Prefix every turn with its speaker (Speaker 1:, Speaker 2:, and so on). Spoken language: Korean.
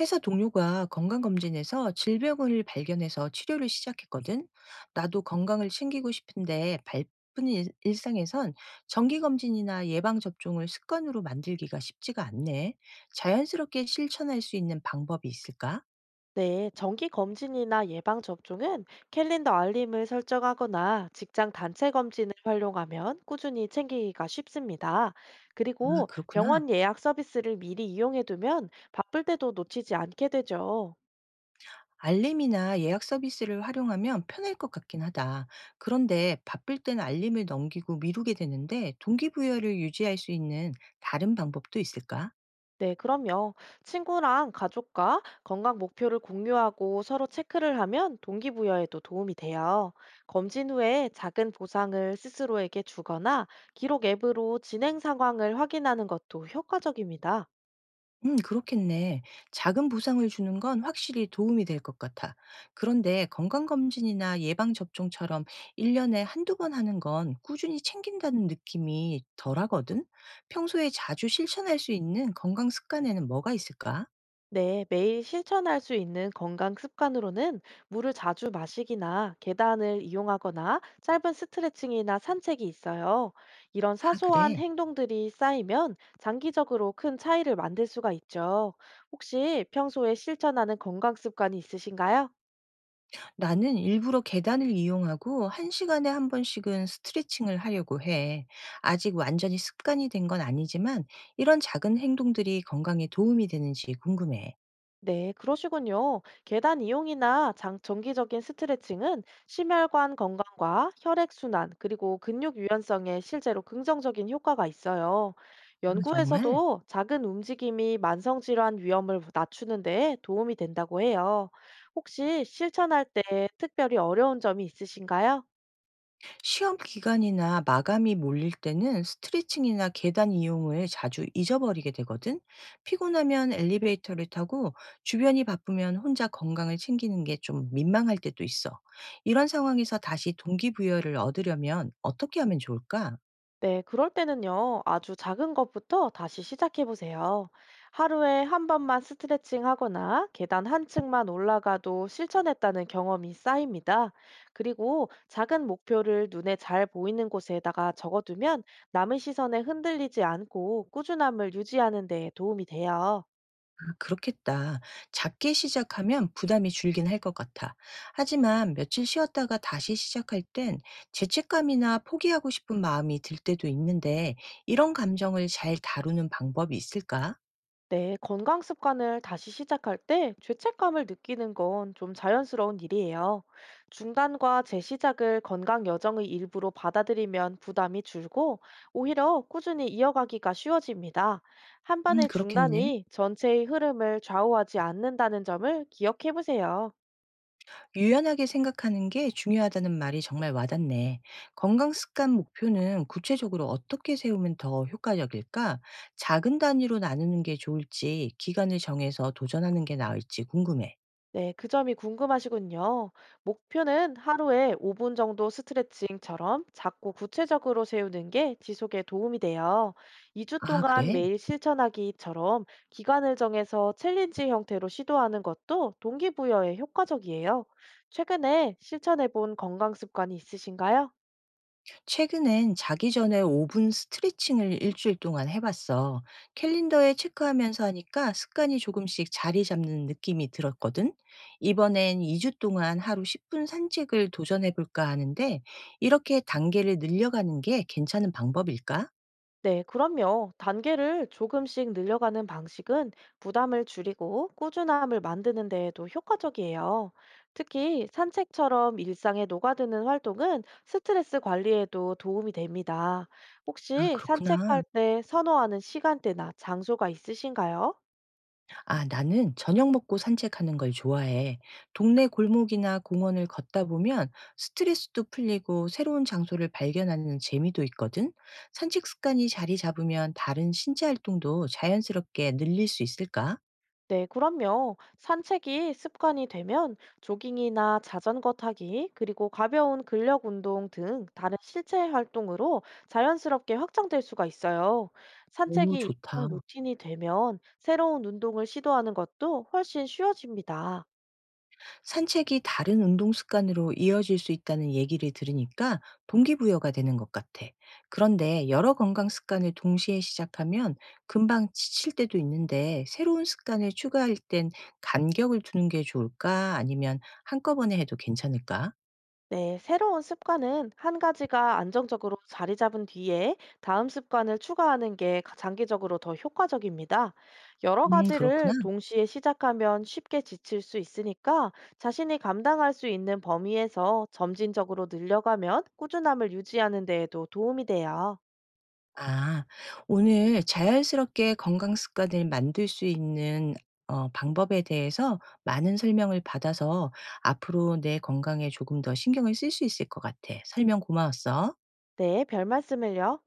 Speaker 1: 회사 동료가 건강검진에서 질병을 발견해서 치료를 시작했거든. 나도 건강을 챙기고 싶은데 바쁜 일상에선 정기검진이나 예방접종을 습관으로 만들기가 쉽지가 않네. 자연스럽게 실천할 수 있는 방법이 있을까?
Speaker 2: 네, 정기 검진이나 예방 접종은 캘린더 알림을 설정하거나 직장 단체 검진을 활용하면 꾸준히 챙기기가 쉽습니다.
Speaker 1: 아,
Speaker 2: 그리고
Speaker 1: 그렇구나.
Speaker 2: 병원 예약 서비스를 미리 이용해두면 바쁠 때도 놓치지 않게 되죠.
Speaker 1: 알림이나 예약 서비스를 활용하면 편할 것 같긴 하다. 그런데 바쁠 땐 알림을 넘기고 미루게 되는데 동기부여를 유지할 수 있는 다른 방법도 있을까?
Speaker 2: 네, 그럼요. 친구랑 가족과 건강 목표를 공유하고 서로 체크를 하면 동기부여에도 도움이 돼요. 검진 후에 작은 보상을 스스로에게 주거나 기록 앱으로 진행 상황을 확인하는 것도 효과적입니다.
Speaker 1: 그렇겠네. 작은 보상을 주는 건 확실히 도움이 될 것 같아. 그런데 건강검진이나 예방접종처럼 1년에 한두 번 하는 건 꾸준히 챙긴다는 느낌이 덜 하거든? 평소에 자주 실천할 수 있는 건강 습관에는 뭐가 있을까?
Speaker 2: 네, 매일 실천할 수 있는 건강 습관으로는 물을 자주 마시기나 계단을 이용하거나 짧은 스트레칭이나 산책이 있어요. 이런
Speaker 1: 아,
Speaker 2: 사소한
Speaker 1: 그래.
Speaker 2: 행동들이 쌓이면 장기적으로 큰 차이를 만들 수가 있죠. 혹시 평소에 실천하는 건강 습관이 있으신가요?
Speaker 1: 나는 일부러 계단을 이용하고 한시간에한 번씩은 스트레칭을 하려고 해. 아직 완전히 습관이 된 건 아니지만 이런 작은 행동들이 건강에 도움이 되는지 궁금해.
Speaker 2: 네, 그러시군요. 계단 이용이나 정기적인 스트레칭은 심혈관 건강과 혈액순환, 그리고 근육 유연성에 실제로 긍정적인 효과가 있어요.
Speaker 1: 아, 정말?
Speaker 2: 연구에서도 작은 움직임이 만성질환 위험을 낮추는 데 도움이 된다고 해요. 혹시 실천할 때 특별히 어려운 점이 있으신가요?
Speaker 1: 시험 기간이나 마감이 몰릴 때는 스트레칭이나 계단 이용을 자주 잊어버리게 되거든. 피곤하면 엘리베이터를 타고 주변이 바쁘면 혼자 건강을 챙기는 게 좀 민망할 때도 있어. 이런 상황에서 다시 동기부여를 얻으려면 어떻게 하면 좋을까?
Speaker 2: 네, 그럴 때는요, 아주 작은 것부터 다시 시작해 보세요. 하루에 한 번만 스트레칭 하거나 계단 한 층만 올라가도 실천했다는 경험이 쌓입니다. 그리고 작은 목표를 눈에 잘 보이는 곳에다가 적어두면 남의 시선에 흔들리지 않고 꾸준함을 유지하는 데 도움이 돼요.
Speaker 1: 아, 그렇겠다. 작게 시작하면 부담이 줄긴 할 것 같아. 하지만 며칠 쉬었다가 다시 시작할 땐 죄책감이나 포기하고 싶은 마음이 들 때도 있는데 이런 감정을 잘 다루는 방법이 있을까?
Speaker 2: 네, 건강 습관을 다시 시작할 때 죄책감을 느끼는 건 좀 자연스러운 일이에요. 중단과 재시작을 건강 여정의 일부로 받아들이면 부담이 줄고 오히려 꾸준히 이어가기가 쉬워집니다. 한 번의
Speaker 1: 그렇겠네.
Speaker 2: 중단이 전체의 흐름을 좌우하지 않는다는 점을 기억해 보세요.
Speaker 1: 유연하게 생각하는 게 중요하다는 말이 정말 와닿네. 건강 습관 목표는 구체적으로 어떻게 세우면 더 효과적일까? 작은 단위로 나누는 게 좋을지, 기간을 정해서 도전하는 게 나을지 궁금해.
Speaker 2: 네, 그 점이 궁금하시군요. 목표는 하루에 5분 정도 스트레칭처럼 작고 구체적으로 세우는 게 지속에 도움이 돼요. 2주
Speaker 1: 아,
Speaker 2: 동안
Speaker 1: 그래?
Speaker 2: 매일 실천하기처럼 기간을 정해서 챌린지 형태로 시도하는 것도 동기부여에 효과적이에요. 최근에 실천해 본 건강 습관이 있으신가요?
Speaker 1: 최근엔 자기 전에 5분 스트레칭을 일주일 동안 해봤어. 캘린더에 체크하면서 하니까 습관이 조금씩 자리 잡는 느낌이 들었거든. 이번엔 2주 동안 하루 10분 산책을 도전해볼까 하는데, 이렇게 단계를 늘려가는 게 괜찮은 방법일까?
Speaker 2: 네, 그럼요. 단계를 조금씩 늘려가는 방식은 부담을 줄이고 꾸준함을 만드는 데에도 효과적이에요. 특히 산책처럼 일상에 녹아드는 활동은 스트레스 관리에도 도움이 됩니다.
Speaker 1: 아,
Speaker 2: 혹시
Speaker 1: 그렇구나.
Speaker 2: 산책할 때 선호하는 시간대나 장소가 있으신가요?
Speaker 1: 아, 나는 저녁 먹고 산책하는 걸 좋아해. 동네 골목이나 공원을 걷다 보면 스트레스도 풀리고 새로운 장소를 발견하는 재미도 있거든. 산책 습관이 자리 잡으면 다른 신체 활동도 자연스럽게 늘릴 수 있을까?
Speaker 2: 네, 그럼요. 산책이 습관이 되면 조깅이나 자전거 타기, 그리고 가벼운 근력 운동 등 다른 실제 활동으로 자연스럽게 확장될 수가 있어요.
Speaker 1: 오,
Speaker 2: 산책이 일상
Speaker 1: 좋다.
Speaker 2: 루틴이 되면 새로운 운동을 시도하는 것도 훨씬 쉬워집니다.
Speaker 1: 산책이 다른 운동 습관으로 이어질 수 있다는 얘기를 들으니까 동기부여가 되는 것 같아. 그런데 여러 건강 습관을 동시에 시작하면 금방 지칠 때도 있는데 새로운 습관을 추가할 땐 간격을 두는 게 좋을까? 아니면 한꺼번에 해도 괜찮을까?
Speaker 2: 네, 새로운 습관은 한 가지가 안정적으로 자리 잡은 뒤에 다음 습관을 추가하는 게 장기적으로 더 효과적입니다. 여러
Speaker 1: 그렇구나.
Speaker 2: 가지를 동시에 시작하면 쉽게 지칠 수 있으니까 자신이 감당할 수 있는 범위에서 점진적으로 늘려가면 꾸준함을 유지하는 데에도 도움이 돼요.
Speaker 1: 아. 오늘 자연스럽게 건강 습관을 만들 수 있는 방법에 대해서 많은 설명을 받아서 앞으로 내 건강에 조금 더 신경을 쓸 수 있을 것 같아. 설명 고마웠어.
Speaker 2: 네, 별 말씀을요.